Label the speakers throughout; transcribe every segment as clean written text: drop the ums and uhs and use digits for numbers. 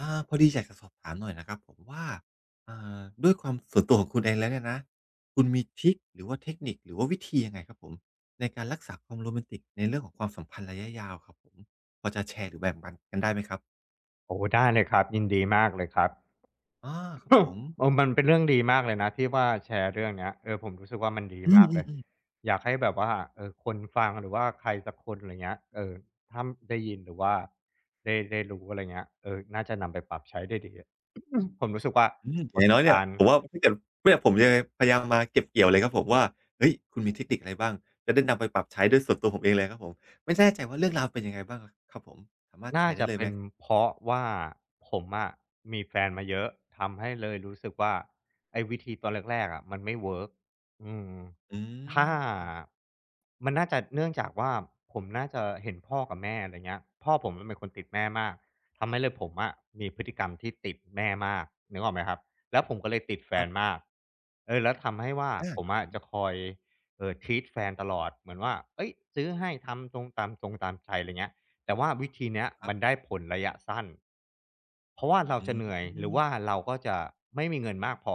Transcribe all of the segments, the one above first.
Speaker 1: พอดีอยากจะสอบถามหน่อยนะครับผมว่าด้วยความส่วนตัวของคุณเองแล้วเนี่ยนะคุณมีทริคหรือว่าเทคนิคหรือว่าวิธียังไงครับผมในการรักษาความโรแมนติกในเรื่องของความสัมพันธ์ระยะยาวครับผมพอจะแชร์หรือแบ่งปันกันได้ไหมครับ
Speaker 2: โอ้ได้เลยครับยินดีมากเลยครับ
Speaker 1: อาครับผม
Speaker 2: มันเป็นเรื่องดีมากเลยนะที่ว่าแชร์เรื่องเนี้ยผมรู้สึกว่ามันดี
Speaker 1: อื
Speaker 2: มากเลย
Speaker 1: ม
Speaker 2: อยากให้แบบว่าคนฟังหรือว่าใครสักคนอะไรเงี้ยถ้าได้ยินหรือว่าได้รู้อะไรเงี้ยน่าจะนำไปปรับใช้ได้ดี ผมรู้สึกว่า
Speaker 1: อืมอมอืมอ
Speaker 2: ประ
Speaker 1: ย่า
Speaker 2: ส
Speaker 1: งน้
Speaker 2: บ
Speaker 1: อยเนี่
Speaker 2: กา
Speaker 1: ย
Speaker 2: รณ์
Speaker 1: ผมว่าถ้าเกิดเนี่ยผมจะพยายามมาเก็บเกี่ยวเลยครับผมว่าเฮ้ยคุณมีเทคนิคอะไรบ้างจะได้นำไปปรับใช้ด้วยส่วนตัวผมเองเลยครับผมไม่แน่ใจว่าเรื่องราวเป็นยังไงบ้างครับผมสามารถแช
Speaker 2: น่า
Speaker 1: ร์ได้
Speaker 2: จะ
Speaker 1: เลย
Speaker 2: เป็
Speaker 1: ไหม
Speaker 2: นเพราะว่าผมอะมีแฟนมาเยอะทำให้เลยรู้สึกว่าไอ้วิธีตอนแรกๆอะมันไม่เวิร์กอืม
Speaker 1: อื
Speaker 2: ถ้า
Speaker 1: ม
Speaker 2: มันน่าจะเนื่องจากว่าผมน่าจะเห็นพ่อกับแม่อะไรเงี้ยพ่อผมมันเป็นคนติดแม่มากทำให้เลยผมอะมีพฤติกรรมที่ติดแม่มากนึกออกไหมครับแล้วผมก็เลยติดแฟ
Speaker 1: ครั
Speaker 2: น
Speaker 1: บ
Speaker 2: มากแล้วทำให้ว่า
Speaker 1: อา
Speaker 2: ผม
Speaker 1: ครับ
Speaker 2: อะ
Speaker 1: ผม
Speaker 2: จะคอยtreat แฟนตลอดเหมือนว่าเฮ้ยซื้อให้ทำตรงตามใจอะไรเงี้ย แต่ว่าวิธีเนี้ย
Speaker 1: ครั
Speaker 2: มันได้
Speaker 1: บ
Speaker 2: ผลระยะสั้น เพราะว่าเรา
Speaker 1: อื
Speaker 2: จะ
Speaker 1: ม
Speaker 2: เหนื่อย
Speaker 1: อ
Speaker 2: หรือว่าเราก็จะไม่มีเงินมากพอ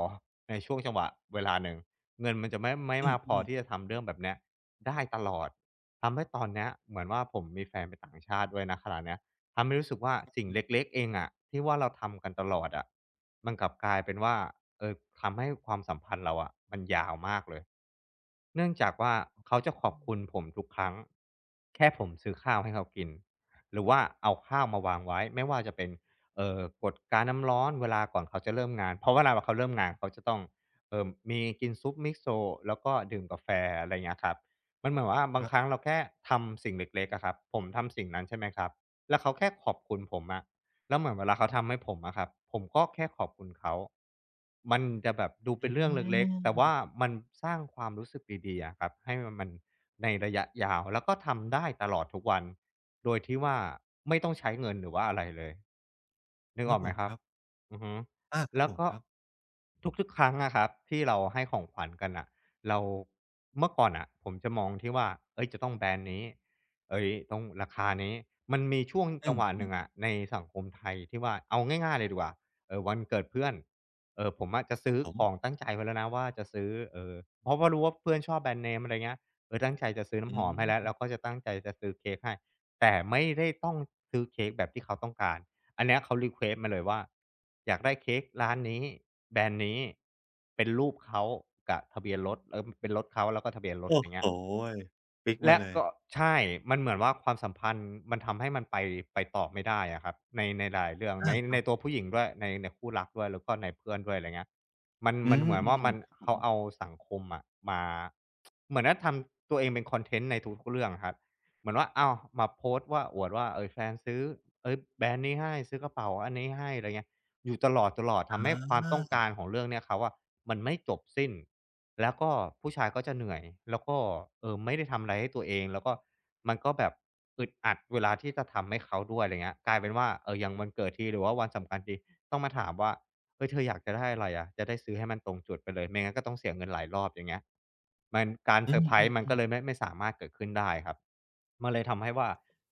Speaker 2: ในช่วงจังหวะเวลาหนึ่งเงินมันจะไม่
Speaker 1: ื
Speaker 2: มากพอ
Speaker 1: มๆ
Speaker 2: ที่จะทำเรื่องแบบเนี้ยได้ตลอดทำให้ตอนเนี้ยเหมือนว่าผมมีแฟนเป็นต่างชาติด้วยณขณะเนี้ยทำให้รู้สึกว่าสิ่งเล็กๆเองอะที่ว่าเราทำกันตลอดอะมันกลับกลายเป็นว่าเออทำให้ความสัมพันธ์เราอะมันยาวมากเลยเนื่องจากว่าเขาจะขอบคุณผมทุกครั้งแค่ผมซื้อข้าวให้เขากินหรือว่าเอาข้าวมาวางไว้ไม่ว่าจะเป็น กดการน้ำร้อนเวลาก่อนเขาจะเริ่มงานเพราะเวลาเขาเริ่มงานเขาจะต้องเอ่อมีกินซุปมิโซะแล้วก็ดื่มกาแฟอะไรเงี้ยครับมันเหมือนว่าบา
Speaker 1: ค
Speaker 2: ง
Speaker 1: รั
Speaker 2: ครั้
Speaker 1: บ
Speaker 2: งเราแค่ทำสิ่งเล็กๆอะครับผมทำสิ่งนั้นใช่ไหมครับแล้วเขาแค่ขอบคุณผมอะแล้วเหมือนเวลาเขาทำให้ผมอะครับผมก็แค่ขอบคุณเขามันจะแบบดูเป็
Speaker 1: อื
Speaker 2: นเรื่องเล็กๆแต่ว่า
Speaker 1: ม
Speaker 2: มันสร้างความรู้สึกดีๆอะครับให้มัน ในระยะยาวแล้วก็ทำได้ตลอดทุกวันโดยที่ว่าไม่ต้องใช้เงินหรือว่าอะไรเลยนึก
Speaker 1: ค
Speaker 2: อ
Speaker 1: รั
Speaker 2: อ
Speaker 1: บ
Speaker 2: ก
Speaker 1: ผ
Speaker 2: ไหม
Speaker 1: ม
Speaker 2: ครั
Speaker 1: ค
Speaker 2: บ
Speaker 1: รับ
Speaker 2: อือฮึ
Speaker 1: อาครับ
Speaker 2: แล้ว
Speaker 1: ผม
Speaker 2: ก็
Speaker 1: ครับ
Speaker 2: ทุกๆครั้งอะครับที่เราให้ของขวัญกันน่ะเราเมื่อก่อนน่ะผมจะมองที่ว่าเฮ้ยจะต้องแบรนด์นี้เฮ้ยต้องราคานี้มันมีช่วง
Speaker 1: อื
Speaker 2: จังหวะหนึ่
Speaker 1: ม
Speaker 2: ง
Speaker 1: ๆ
Speaker 2: อะในสังคมไทยที่ว่าเอาง่ายๆเลยดีกว่าวันเกิดเพื่อนผมอะจะ
Speaker 1: ครั
Speaker 2: ซื้
Speaker 1: บ
Speaker 2: อ
Speaker 1: ผม
Speaker 2: ของตั้งใจไว้แล้วนะว่าจะซื้อเพราะว่ารู้ว่าเพื่อนชอบแบรนด์เนมอะไรเงี้ย ตั้งใจจะซื้อ
Speaker 1: อื
Speaker 2: น้ำหอมให้แล้วก็
Speaker 1: ม
Speaker 2: จะตั้งใจจะซื้อเค้กให้แต่ไม่ได้ต้องซื้อเค้กแบบที่เขาต้องการอันเนี้ยเขารีเควสต์มาเลยว่าอยากได้เค้กร้านนี้แบรนด์นี้เป็นรูปเขากับทะเบียนรถเป็นรถเขาแล้วก็ทะเบียนรถ
Speaker 1: โอ้
Speaker 2: อย่างเงี้
Speaker 1: โฮ
Speaker 2: ย
Speaker 1: ฟิกซ์มา
Speaker 2: และ
Speaker 1: เลย
Speaker 2: ก็ใช่มันเหมือนว่าความสัมพันธ์มันทำให้มันไปต่อไม่ได้อะครับในหลายเรื่องใน
Speaker 1: อาค
Speaker 2: ใน
Speaker 1: รับ
Speaker 2: ตัวผู้หญิงด้วยในคู่รักด้วยแล้วก็ในเพื่อนด้วยอะไรเงี้ยมัน
Speaker 1: อื
Speaker 2: มันเหมือนว่ามัน
Speaker 1: ม
Speaker 2: เขาเอาสังคมอะมาเหมือนว่าทำตัวเองเป็นคอนเทนต์ในทุกๆเรื่องอะครับเหมือนว่าอ้าวมาโพสต์ว่าอวดว่าแฟนซื้อเฮ้ยแบรนด์นี้ให้ซื้อกระเป๋าอันนี้ให้อะไรเงี้ย อยู่ตลอด
Speaker 1: ๆอ
Speaker 2: ทำให้
Speaker 1: า
Speaker 2: ความต้องการของเรื่องเนี้ยครับว่ามันไม่จบสิ้นแล้วก็ผู้ชายก็จะเหนื่อยแล้วก็ไม่ได้ทำอะไรให้ตัวเองแล้วก็มันก็แบบอึดอัดเวลาที่จะทำให้เขาด้วยอะไรเงี้ยกลายเป็นว่าอย่างวันเกิดทีหรือว่าวันสำคัญทีต้องมาถามว่าเฮ้ยเธออยากจะได้อะไรอะจะได้ซื้อให้มันตรงจุดไปเลยไม่งั้นก็ต้องเสียเงินหลายรอบอย่างเงี้ยมันการ
Speaker 1: อื
Speaker 2: เซอร์ไพรส์มันก็
Speaker 1: ม
Speaker 2: เล
Speaker 1: ๆ
Speaker 2: ย
Speaker 1: ๆ
Speaker 2: ไม่สามารถเกิดขึ้นได้ครับมันเลยทำให้ว่า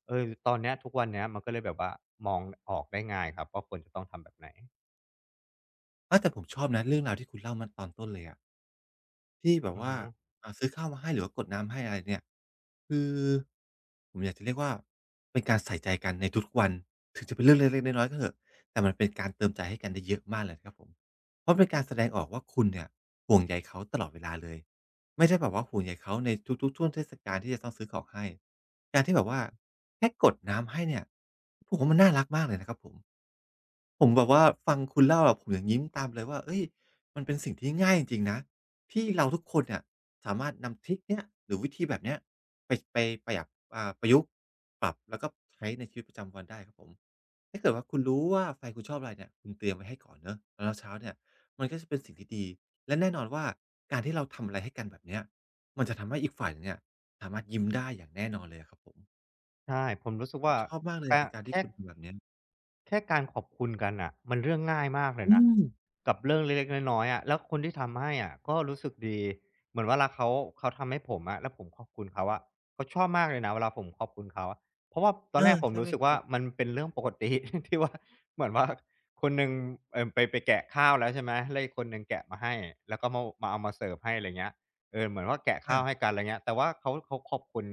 Speaker 2: ตอนเนี้ยทุกวันเนี้ยมันก็เลยแบบว่ามองออกได้ง่ายครับว่าควรจะต้องทำแบบไหน
Speaker 1: เฮ้แต่ผมชอบนะเรื่องราวที่คุณเล่ามาตอนต้นเลยอะที่แบบ
Speaker 2: อือ
Speaker 1: ว่า
Speaker 2: ฮึ
Speaker 1: ซื้อข้าวมาให้หรือว่ากดน้ำให้อะไรเนี่ยคือผมอยากจะเรียกว่าเป็นการใส่ใจกันในทุกๆวันถึงจะเป็นเรื่องเล็กๆน้อยๆก็เถอะแต่มันเป็นการเติมใจให้กันได้เยอะมากเลยนะครับผมเพราะเป็นการแสดงออกว่าคุณเนี่ยห่วงใยเขาตลอดเวลาเลยไม่ได้แบบว่าห่วงใยเขาในทุกๆช่วงเทศกาลที่จะต้องซื้อของให้การที่แบบว่าแค่กดน้ำให้เนี่ยผมว่ามันน่ารักมากเลยนะครับผม ผมแบบว่าฟังคุณเล่าอะผมยังยิ้มตามเลยว่าเอ้ยมันเป็นสิ่งที่ง่ายจริงๆนะที่เราทุกคนเนี่ยสามารถนำทริกเนี้ยหรือวิธีแบบเนี้ยไปไปประหยับอ่าประยุกต์ปรับแล้วก็ใช้ในชีวิตประจำวันได้ครับผมถ้าเกิดว่าคุณรู้ว่าแฟนคุณชอบอะไรเนี่ยคุณเตรียมไว้ให้ก่อนเนาะแล้วเช้าเนี่ยมันก็จะเป็นสิ่งที่ดีและแน่นอนว่าการที่เราทำอะไรให้กันแบบเนี้ยมันจะทำให้อีกฝ่ายหนึ่งเนี่ยสามารถยิ้มได้อย่างแน่นอนเลยอะครับผม
Speaker 2: ใช่ผมรู้สึก
Speaker 1: ผม
Speaker 2: ว่า
Speaker 1: ชอบมากเลย
Speaker 2: กะ
Speaker 1: ในการที่
Speaker 2: แค่
Speaker 1: คุณทำแบบเนี้ย
Speaker 2: แค่การขอบคุณกันน่ะมันเรื่องง่ายมากเลย
Speaker 1: อื
Speaker 2: นะ
Speaker 1: ม
Speaker 2: กับเรื่องเล็กๆน้อยๆอะแล้วคนที่ทำให้อะก็รู้สึกดีเหมือนเวลาเขาทำให้ผมอะแล้วผมขอบคุณเขาอะเขาชอบมากเลยนะเวลาผมขอบคุณเขาอะเพราะว่าต
Speaker 1: เอ
Speaker 2: อน
Speaker 1: อ
Speaker 2: แรกผม
Speaker 1: ใช่ไห
Speaker 2: รู้
Speaker 1: ม
Speaker 2: สึก
Speaker 1: ค
Speaker 2: ว่า
Speaker 1: รับ
Speaker 2: มันเป็นเรื่องปกติ ที่ว่าเหมือนว่าคนหนึ่งไปแกะข้าวแล้วใช่ไหมแล้วอีกคนหนึ่งแกะมาให้แล้วก็มาเอามาเสิร์ฟให้อะไรเงี้ยเออเหมือนว่าแกะข้า
Speaker 1: อา
Speaker 2: วให้กันอะไรเงี้ยแต่ว่าเขาขอบคุณ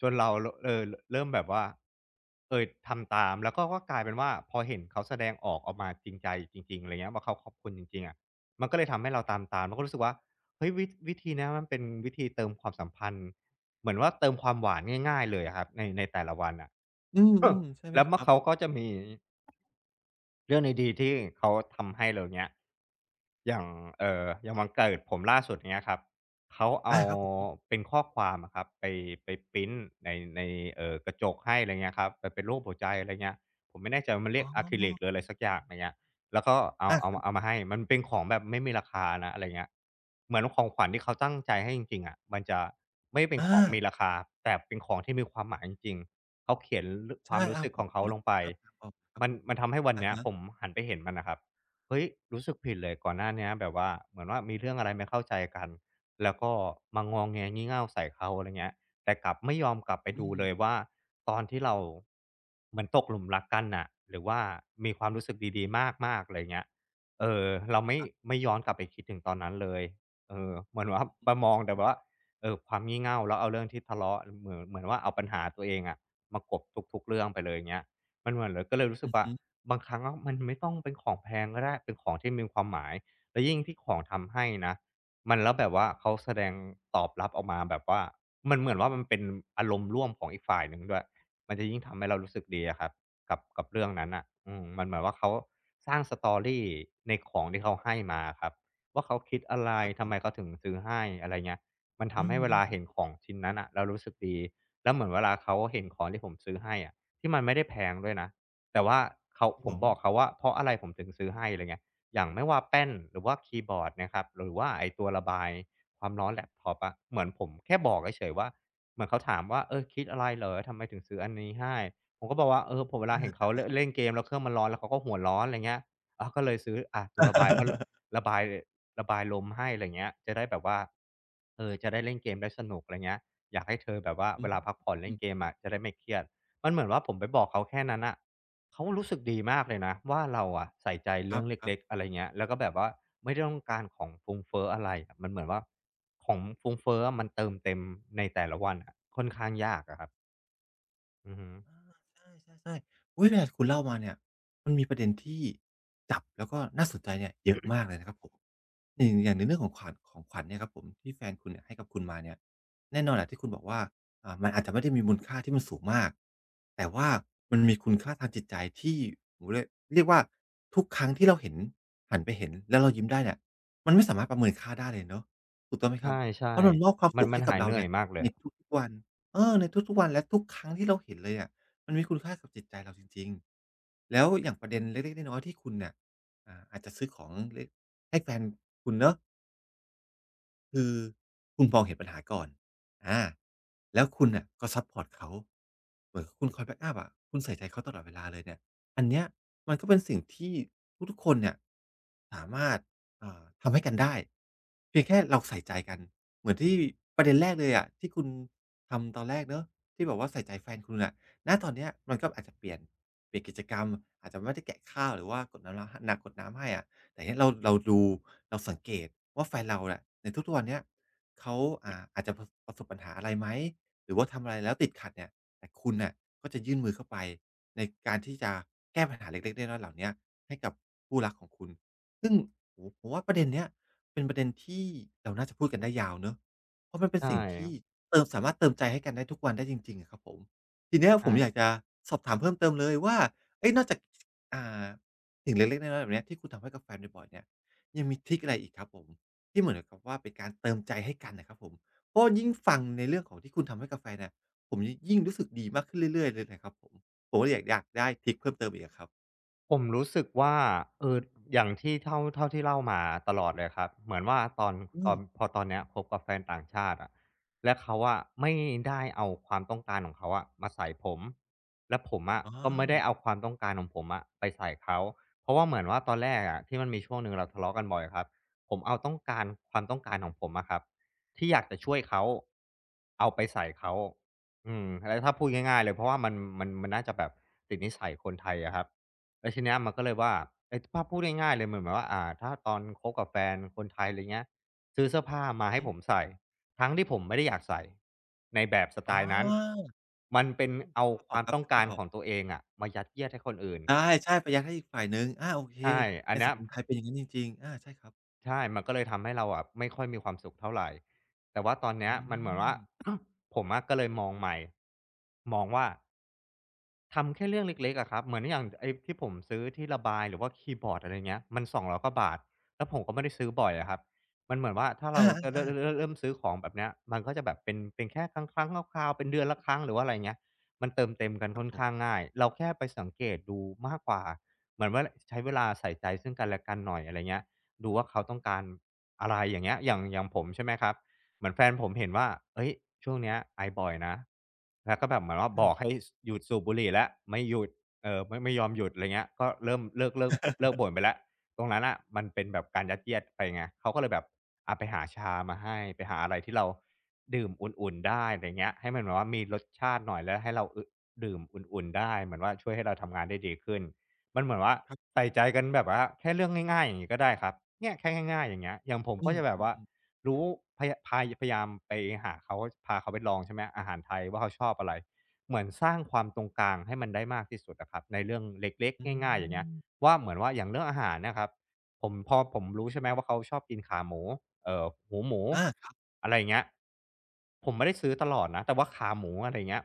Speaker 2: จนเราเออเริ่มแบบว่าทำตามแล้วก็กลายเป็นว่าพอเห็นเขาแสดงออกมาจริงใจจริงๆอะไรเงี้ยว่าเขาขอบคุณจริงๆอะมันก็เลยทำให้เราตามๆแล้วก็รู้สึกว่าเฮ้ยวิธีเนี้ยมันเป็นวิธีเติมความสัมพันธ์เหมือนว่าเติมความหวานง่ายๆเลยอะครับในแต่ละวันอะ
Speaker 1: อื
Speaker 2: เออ
Speaker 1: มๆใช่ไหม
Speaker 2: แล้ว
Speaker 1: ค
Speaker 2: เมื่อ
Speaker 1: รับ
Speaker 2: เขาก็จะมีเรื่องดีๆที่เขาทำให้เราเงี้ย อย่างอย่างวันเกิดผมล่าสุดเงี้ยครับเขาเอา
Speaker 1: อาครับผม
Speaker 2: เป็นข้อความอะครับไปพรินต์ในในกระจกให้อะไรเงี้ยครับแบบเป็นรูปหัวใจอะไรเงี้ยผมไม่แน่ใจว่ามันเรี
Speaker 1: อ๋
Speaker 2: ยกอะคริลิกหรือ
Speaker 1: อ
Speaker 2: อะไรสักอย่างอะไรเงี้ยแล้วก็เอา
Speaker 1: อาครับ
Speaker 2: มาให้มันเป็นของแบบไม่มีราคานะอะไรเงี้ยเหมือนของขวัญที่เขาตั้งใจให้จริงๆอะมันจะไม่เป็นข
Speaker 1: อา
Speaker 2: องมีราคาแต่เป็นของที่มีความหมายจริงๆเขาเขียนค
Speaker 1: ใช่
Speaker 2: วามรู้
Speaker 1: อา
Speaker 2: สึก
Speaker 1: ผ
Speaker 2: ข
Speaker 1: ม
Speaker 2: องเขา
Speaker 1: นึ
Speaker 2: ล
Speaker 1: ก
Speaker 2: งไป
Speaker 1: ภาพตามออกครับ
Speaker 2: มัน
Speaker 1: ผม
Speaker 2: ทำให้วัน
Speaker 1: อะ
Speaker 2: เนี้ยผม
Speaker 1: ฮะ
Speaker 2: หันไปเห็นมันน่ะครับ เฮ้ยรู้สึกผิดเลยก่อนหน้าเนี้ยแบบว่าเหมือนว่ามีเรื่องอะไรไม่เข้าใจกันแล้วก็มางอแงงี่เง่าใส่เขาอะไรเงี้ยแต่กลับไม่ยอมกลับไป
Speaker 1: อื
Speaker 2: ดูเล
Speaker 1: ม
Speaker 2: ยว่าตอนที่เราเหมือนตกหลุมรักกันน่ะหรือว่ามีความรู้สึกดีๆมากๆอะไรเงี้ยเออเราไม่ย้อนกลับไปคิดถึงตอนนั้นเลยเออเหมือนว่ามา
Speaker 1: อื
Speaker 2: มอง
Speaker 1: ม
Speaker 2: แต่ว่าเออความงี่เง่าแล้วเอาเรื่องที่ทะเลาะเหมือนว่าเอาปัญหาตัวเองอะมากลบทุกๆเรื่องไปเลยเงี้ยมันเหมือนเลยก็เลยรู้สึ
Speaker 1: อื
Speaker 2: ก
Speaker 1: อ
Speaker 2: ว่า
Speaker 1: ฮึ
Speaker 2: บางครั้งอะมันไม่ต้องเป็นของแพงก็ได้เป็นของที่มีความหมายแล้วยิ่งที่ของทำให้นะมันแล้วแบบว่าเขาแสดงตอบรับออกมาแบบว่ามันเหมือนว่ามันเป็นอารมณ์ร่วมของอีกฝ่ายหนึ่งด้วยมันจะยิ่งทำให้เรารู้สึกดีอะครับกับเรื่องนั้นน่ะอืมมันเหมือนว่าเขาสร้าง Story ในของที่เขาให้มาอะครับว่าเขาคิดอะไร
Speaker 1: ครับผ
Speaker 2: ทำไมเขา
Speaker 1: ม
Speaker 2: ถึงซื้อให้อะไรเงี้ยมัน
Speaker 1: อื
Speaker 2: ทำให้เวลา
Speaker 1: ม
Speaker 2: เห็น
Speaker 1: ๆๆ
Speaker 2: ของชิ้นนั้นน่ะเรารู้สึกดีแล้วเหมือนเวลาเขาเห็นของที่ผมซื้อให้อะที่มันไม่ได้แพงด้วยนะ แต่ว่าเขา
Speaker 1: ครับ
Speaker 2: ผ
Speaker 1: ผ
Speaker 2: ม
Speaker 1: ม
Speaker 2: บอกเขาว่าเพราะอะไรผมถึงซื้อให้อะไรเงี้ยอย่างไม่ว่าแป้นหรือว่าคีย์บอร์ดนะครับหรือว่าไอ้ตัวระบายความร้อนแล็ปท็อปอะเหมือนผมแค่บอกเฉยๆว่าเหมือนเขาถามว่าเออคิดอะไรเหรอทำไมถึงซื้ออันนี้ให้ผมก็บอกว่าเออผมเวลาเห็นเขาเล่นเกมแล้วเครื่องมันร้อนแล้วเขาก็หัวร้อนอะไรเงี้ยอาก็เลยซื้ออาตัวระบายเพราะระบายลมให้อะไรเงี้ยจะได้แบบว่าเออจะได้เล่นเกมได้สนุกอะไรเงี้ยอยากให้เธอแบบว่า
Speaker 1: อื
Speaker 2: เว
Speaker 1: ม
Speaker 2: ลาพักผ่อนเล่
Speaker 1: อื
Speaker 2: น
Speaker 1: ม
Speaker 2: เกมอะจะได้ไม่เครียดมันเหมือนว่าผมไปบอกเขาแค่นั้นน่ะ เขารู้สึกดีมากเลยนะว่าเราอะใส่ใจ
Speaker 1: คร
Speaker 2: เรื่อง
Speaker 1: ับ
Speaker 2: เล็กๆ
Speaker 1: ๆ
Speaker 2: อะไรเงี้ยแล้วก็แบบว่าไม่ได้ต้องการของฟุ่มเฟ้ออะไรอะมันเหมือนว่าของฟุ่มเฟ้อมันเติมเต็มในแต่ละวันอะค่อนข้างยากอะครับอือฮึ
Speaker 1: อาใช่ๆๆอุ๊ยเนี่ยคุณเล่ามาเนี่ยมันมีประเด็นที่จับแล้วก็น่าสนใจเนี่ยเยอะมากเลยนะครับผมอย่างอย่างในเรื่องของขวัญเนี่ยครับผมที่แฟนคุณเนี่ยให้กับคุณมาเนี่ยแน่นอนแหละที่คุณบอกว่ามันอาจจะไม่ได้มีมูลค่าที่มันสูงมากแต่ว่ามันมีคุณค่าทางจิตใจที่โอ้โฮเรียกว่าทุกครั้งที่เราเห็นหันไปเห็นแล้วเรายิ้มได้เนี่ยมันไม่สามารถประเมินค่าได้เลยเนาะถูกต้องไหมครับเพ
Speaker 2: ใช่
Speaker 1: ราะมันมอบความ
Speaker 2: ๆมั
Speaker 1: สุ
Speaker 2: น
Speaker 1: ข
Speaker 2: มัน
Speaker 1: ให้กั
Speaker 2: หา
Speaker 1: บ
Speaker 2: ยเห
Speaker 1: เรา
Speaker 2: นื่อ
Speaker 1: เนี่
Speaker 2: ย
Speaker 1: ย
Speaker 2: มากเลย
Speaker 1: ใน
Speaker 2: อะ
Speaker 1: ทุกๆวันเออในทุกๆวันและทุกครั้งที่เราเห็นเลยอะ มันมีคุณค่ากับจิตใจเราจริงๆ แล้วอย่างประเด็นเล็กๆน้อยๆที่คุณเนี่ยอาจจะซื้อของเล็กให้แฟนคุณเนาะ คือคุณมองเห็นปัญหาก่อนอาแล้วคุณน่ะก็ซัปพอร์ตเขา เหมือนคุณคอยแบ็กอัปอะคุณใส่ใจเขาตลอดเวลาเลยเนี่ย อันเนี้ยมันก็เป็นสิ่งที่ทุกๆคนเนี่ยสามารถทำให้กันได้ เพียงแค่เราใส่ใจกัน เหมือนที่ประเด็นแรกเลยอะที่คุณทำตอนแรกเนาะที่แบบว่าใส่ใจแฟนคุณอะณตอนเนี้ยมันก็อาจจะเปลี่ยนกิจกรรมอาจจะไม่ได้แกะข้าวหรือว่ากดน้ำร้าหนักกดน้ำให้อะ แต่เนี้ยเราดูเราสังเกตว่าแฟนเราน่ะในทุกๆวันเนี้ยเขาอาจจะประประสบปัญหาอะไรไหมหรือว่าทำอะไรแล้วติดขัดเนี่ยแต่คุณน่ะก็จะยื่นมือเข้าไปในการที่จะแก้ปัญหาเล็กๆน้อยๆเหล่าเนี้ยให้กับคู่รักของคุณซึ่งโอ้โฮผมว่าประเด็นเนี้ยเป็นประเด็นที่เราน่าจะพูดกันได้ยาวเนาะเพราะมันเป็น
Speaker 2: ใช่
Speaker 1: สิ่งที่เติมสามารถเติมใจให้กันได้ทุกวันได้จริงๆอะครับผมทีเนี้ยผมอยา
Speaker 2: ใช่
Speaker 1: กจะสอบถามเพิ่มเติมเลยว่าเอ๊ยนอกจากอ่า สิ่งเล็กๆน้อยๆแบบเนี้ยที่คุณทำให้กับแฟนบ่อยๆเนี่ยยังมีทริกอะไรอีกครับผมที่เหมือนกับว่าเป็นการเติมใจให้กันน่ะครับผมเพราะยิ่งฟังในเรื่องของที่คุณทำให้กับแฟนเนี่ยผมยิ่งรู้สึกดีมากขึ้นเรื่อยๆเลยนะครับผมผมก็เลยอยากได้ทริกเพิ่มเติมอีกอะครับ
Speaker 2: ผมรู้สึกว่าเอออย่างที่เท่าที่เล่ามาตลอดเลยครับเหมือนว่าตอน
Speaker 1: อืม
Speaker 2: ตอนเนี้ยคบกับแฟนต่างชาติอะและเขาอะไม่ได้เอาความต้องการของเขาอะมาใส่ผมและผมอะ
Speaker 1: อ๋อ
Speaker 2: ก็ไม่ได้เอาความต้องการของผมอะไปใส่เขาเพราะว่าเหมือนว่าตอนแรกอะที่มันมีช่วงหนึ่งเราทะเลาะกันบ่อยครับผมเอาต้องการความต้องการของผมอะครับที่อยากจะช่วยเขาเอาไปใส่เขาอืมแล้วถ้าพูดง่ายๆเลยเพราะว่ามันมันน่าจะแบบติดนิสัยคนไทยอะครับ แล้วทีเนี้ยมันก็เลยว่าไอ่ถ้าพูดง่ายๆเลยเหมือนแบบว่าถ้าตอนคบกับแฟนคนไทยอะไรเงี้ยซื้อเสื้อผ้ามาให้
Speaker 1: อือ
Speaker 2: ผมใส่ทั้งที่ผมไม่ได้อยากใส่ในแบบสไต
Speaker 1: อา
Speaker 2: ล์นั้น
Speaker 1: อ
Speaker 2: มันเป็น
Speaker 1: อืมนึ
Speaker 2: เอา
Speaker 1: กภาพอ
Speaker 2: ค
Speaker 1: อก
Speaker 2: วาม
Speaker 1: ครับ
Speaker 2: ต้อง
Speaker 1: นึก
Speaker 2: กา
Speaker 1: ภาพ
Speaker 2: ร
Speaker 1: ออ
Speaker 2: ข
Speaker 1: ก
Speaker 2: องตัวเองอะมายัดเยียดให้คนอื่น
Speaker 1: ใช่ๆประหยัดให้อีกฝ่ายหนึ่งอาโอเค
Speaker 2: ใช่อั
Speaker 1: ใน
Speaker 2: นเนี้
Speaker 1: สั
Speaker 2: ย
Speaker 1: งคมไทยเป็นอย่างงั้นจริงๆอาใช่ครับ
Speaker 2: ใช่มันก็เลยทำให้เราอะไม่ค่อยมีความสุขเท่าไรแต่ว่าตอนเนี้
Speaker 1: อื
Speaker 2: ยมันเหมือนว่า
Speaker 1: ม
Speaker 2: ผมอะก็เลยมองใหม่มองว่า ทำแค่เรื่องเล็กๆอะครับเหมือนอย่างไอ้ที่ผมซื้อที่ระบายหรือว่าคีย์บอร์ดอะไรเงี้ยมันสองร้อยกว่าบาทแล้วผมก็ไม่ได้ซื้อบ่อยอะครับมันเหมือนว่าถ้า
Speaker 1: อ
Speaker 2: เราจะ
Speaker 1: าๆ
Speaker 2: เริ่มซื้อของแบบเนี้ยมันก็จะแบบเป็นแค่ครั้งครั้งคราวๆเป็นเดือนละครั้งหรือว่าอะไรเงี้ยมันเติมเต็มกัน
Speaker 1: ๆครับ
Speaker 2: ค่อน
Speaker 1: ผม
Speaker 2: ข้างง่ายเราแค่ไปสังเกตดูมากกว่าเหมือนว่าใช้เวลาใส่ใจซึ่งกันและกันหน่อยอะไรเงี้ยดูว่าเขาต้องการอะไรอย่างเงี้ยอย่างผมใช่ไหมครับ เหมือนแฟนผมเห็นว่าเฮ้ยช่วงเนี้ยไอบ่อยนะแล้วก็แบบเหมือนว่าบอก
Speaker 1: อา
Speaker 2: ให้สหยุดสูบบุหรี่แล้วไม่หยุดไม่ยอมหยุดไรเงี้ยก็เริ่มเลิกบ่นไปแล้วตรงนั้นน่ะมันเป็นแบบการยัดเยียดไปไงเขาก็เลยแบบอะไปหาชามาให้ไปหาอะไรที่เราดื่มอุ่นๆได้ไรเงี้ยให้มันแบบว่ามีรสชาติหน่อยแล้วให้เราอดื่มอุ่นๆได้เหมือนว่าช่วยให้เราทำงานได้ดีขึ้นมันเหมือนว่า
Speaker 1: ครับ
Speaker 2: ใส่ใจกันแบบว่าแค่เรื่องง่ายๆอย่างงี้ก็ได้ครับเนี่ยแค่ง่ายๆอย่างเงี้ยอย่างผม
Speaker 1: อื
Speaker 2: ก็
Speaker 1: ม
Speaker 2: จะแบบว่า
Speaker 1: ๆๆ
Speaker 2: รู้พยายามไปหาเขาพาเขาไปลองใช่ไหมอาหารไทยว่าเขาชอบอะไรเหมือนสร้างความตรงกลางให้มันได้มากที่สุดนะครับในเรื่องเล็กๆ
Speaker 1: อื
Speaker 2: ง่ายๆอย่างเงี้ย
Speaker 1: ม
Speaker 2: ว่าเหมือนว่าอย่างเรื่องอาหารเนะครับผมพอผมรู้ใช่ไหมว่าเขาชอบกินขาหมูเอ่อหูหมู
Speaker 1: อาครับ
Speaker 2: อะไรอย่างเงี้ยผมไม่ได้ซื้อตลอดนะแต่ว่าขาหมูอะไรอย่างเงี้ย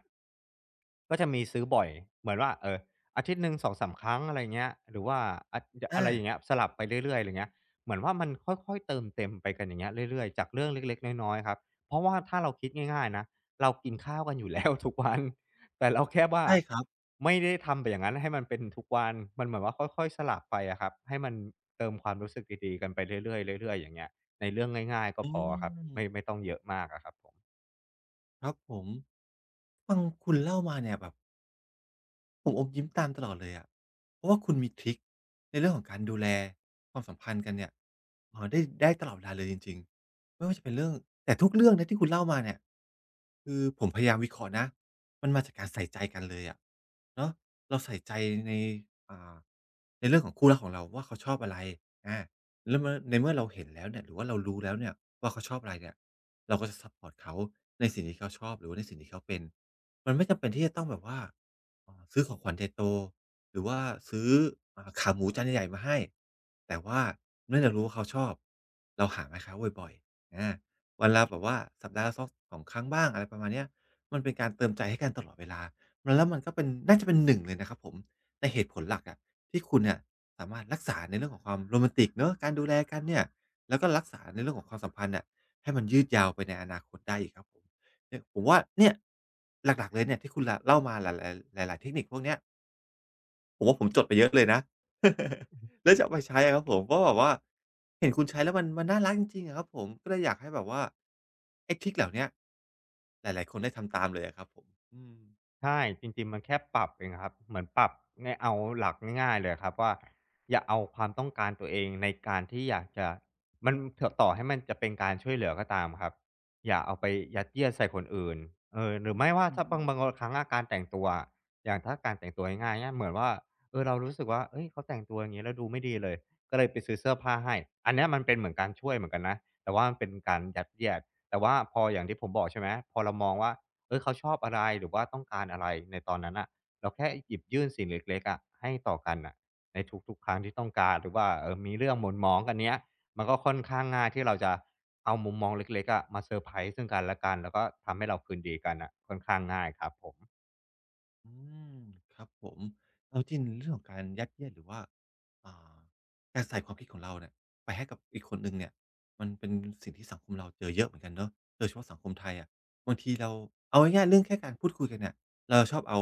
Speaker 2: ก็จะมีซื้อบ่อยเหมือนว่าอาทิตย์หนึ่ง2-3ครั้งอะไรอย่างเงี้ยหรือว่าอะอะ
Speaker 1: อา
Speaker 2: ไรอย่างเงี้ยสลับไปเรื่อยๆอะไร่เงี้ย เหมือนว่ามันค่อยๆเติมเต็มไปกันอย่างเงี้ยเรื่อยๆจากเรื่องเล็กๆน้อยๆครับเพราะว่าถ้าเราคิดง่ายๆนะเรากินข้าวกันอยู่แล้ว ทุกวันแต่เราแค่ว่า
Speaker 1: ใช่ครับ
Speaker 2: ไม่ได้ทำแบบอย่างนั้นให้มันเป็นทุกวันมันเหมือนว่าค่อยๆสลับไปอะครับให้มันเติมความรู้สึกดีๆกันไปเรื่อยๆเรื่อยๆอย่างเงี้ยในเรื่องง่ายๆก็
Speaker 1: อื
Speaker 2: พอะครับไม่
Speaker 1: ม
Speaker 2: ไม่ต้องเยอะมากอะครับผม
Speaker 1: ครับผมฟังคุณเล่ามาเนี่ยแบบ ผมอมยิ้มตามตลอดเลยอะเพราะว่าคุณมีทริกในเรื่องของการดูแลความสัมพันธ์กันเนี่ยออได้ได้ตลอดเวลาเลยจริงๆไม่ว่าจะเป็นเรื่องแต่ทุกเรื่องนะที่คุณเล่ามาเนี่ยคือผมพยายามวิเคราะห์นะมันมาจากการใส่ใจกันเลยอะเนาะเราใส่ใจในอ่าในเรื่องของคู่รักของเราว่าเขาชอบอะไรอาแล้วเมื่อในเมื่อเราเห็นแล้วเนี่ยหรือว่าเรารู้แล้วเนี่ยว่าเขาชอบอะไรเนี่ยเราก็จะซัปพอร์ตเขาในสิ่งที่เขาชอบหรือว่าในสิ่งที่เขาเป็นมันไม่จำเป็นที่จะต้องแบบว่า ซื้อของขวัญใหญ่โตหรือว่าซื้อขาหมูจานใหญ่ๆมาให้แต่ว่าเนื่องจากรู้ว่าเขาชอบเราหามาให้เขาบ่อยๆอาวันละแบบว่าสัปดาห์ละซอกสองครั้งบ้างอะไรประมาณเนี้ยมันเป็นการเติมใจให้กันตลอดเวลามันแล้วมันก็เป็นน่าจะเป็นหนึ่งเลยนะครับผมในเหตุผลหลักอะที่คุณเนี่ยสามารถรักษาในเรื่องของความโรแมนติกเนาะการดูแลกันเนี่ยแล้วก็รักษาในเรื่องของความสัมพันธ์น่ะให้มันยืดยาวไปในอนาคตได้อีกครับผม เนี่ยผมว่าเนี่ยหลักๆเลยเนี่ยที่คุณเล่ามาหลายๆหลายๆเทคนิคพวกเนี้ยผมว่าผมจดไปเยอะเลยนะ แล้วจะเอาไปใช้อะครับผมก็ะแบบว่าเห็นคุณใช้แล้วมันน่ารักจริงๆอะครับผมก็เลยอยากให้แบบว่าไอ้ทริคเหล่าเนี้ยหลายๆคนได้ทำตามเลยอะครับผมอืม
Speaker 2: ใช่จริงๆมันแค่ปรับเองครับเหมือนปรับง่ายเอาหลักง่ายๆเลยครับว่าอย่าเอาความต้องการตัวเองในการที่อยากจะมันถต่อให้มันจะเป็นการช่วยเหลือก็ตามครับอย่าเอาไปยัดเยียดใส่คนอื่นห
Speaker 1: อื
Speaker 2: รือ
Speaker 1: ม
Speaker 2: ไม่ว่า
Speaker 1: อื
Speaker 2: ถ้าบา
Speaker 1: ม
Speaker 2: งบางครั้งอะการแต่งตัวอะอย่างถ้าการแต่งตัวง่ายๆเงี้ยเหมือนว่าเรารู้สึกว่าเฮ้ยเขาแต่งตัวอย่างงี้แล้วดูไม่ดีเลยก็เลยไปซื้อเสื้อผ้าให้อันเนี้ยมันเป็นเหมือนการช่วยเหมือนกันนะแต่ว่ามันเป็นการยัดเยียดแต่ว่าพออย่างที่ผมบอกใช่ไหมพอเรามองว่า เขาชอบอะไรหรือว่าต้องการอะไรในตอนนั้นอ่ะเราแค่หยิบยื่นสิ่งเล็กๆอะให้ต่อกันอ่ะในทุกๆครั้งที่ต้องการหรือว่ามีเรื่องหม่นหมองกันเนี้ยมันก็ค่อนข้างง่ายที่เราจะเอามุมมองเล็กๆอะมาเซอร์ไพรส์ซึ่งกันและกันแล้วก็ทำให้เราคืนดีกันอ่ะค่อนข้างง่ายครับผม
Speaker 1: อืมครับผมเอาจริงเรื่องของการยัดเยียดหรือว่าอ่าการใส่ความคิดของเราเนี่ยไปให้กับอีกคนหนึ่งเนี่ยมันเป็นสิ่งที่สังคมเราเจอเยอะเหมือนกันเนาะโดยเฉพาะสังคมไทยอะบางทีเราเอาง่ายๆเรื่องแค่การพูดคุยกันเนี่ยเราชอบเอา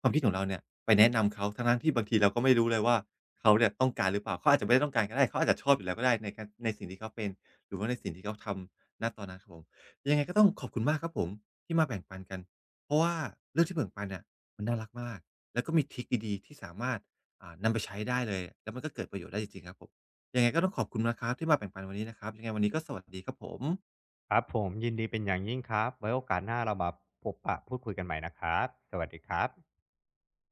Speaker 1: ความคิดของเราเนี่ยไปแนะนำเขาทั้งๆที่บางทีเราก็ไม่รู้เลยว่าเขาเนี่ยต้องการหรือเปล่าเขาอาจจะไม่ได้ต้องการก็ได้เขาอาจจะชอบอยู่แล้วก็ได้ในการในสิ่งที่เขาเป็นหรือว่าในสิ่งที่เขาทำณตอนนั้นครับผมยังไงก็ต้องขอบคุณมากครับผมที่มาแบ่งปันกันเพราะว่าเรื่องที่แบ่งปันเนี่ย มันน่ารักมาก แล้วก็มีทริกดีๆที่สามารถนำไปใช้ได้เลย แล้วมันก็เกิดประโยชน์ได้จริงๆครับผมยังไงก็ต้องขอบคุณนะครับที่มาแบ่งปันวันนี้นะครับยังไงวันนี้ก็สวัสดีครับผม
Speaker 2: ครับผมยินดีเป็นอย่างยิ่งครับไว้โอกาสหน้าเรามาพบปะพูดคุยกันใหม่นะครับสวัสดีครับ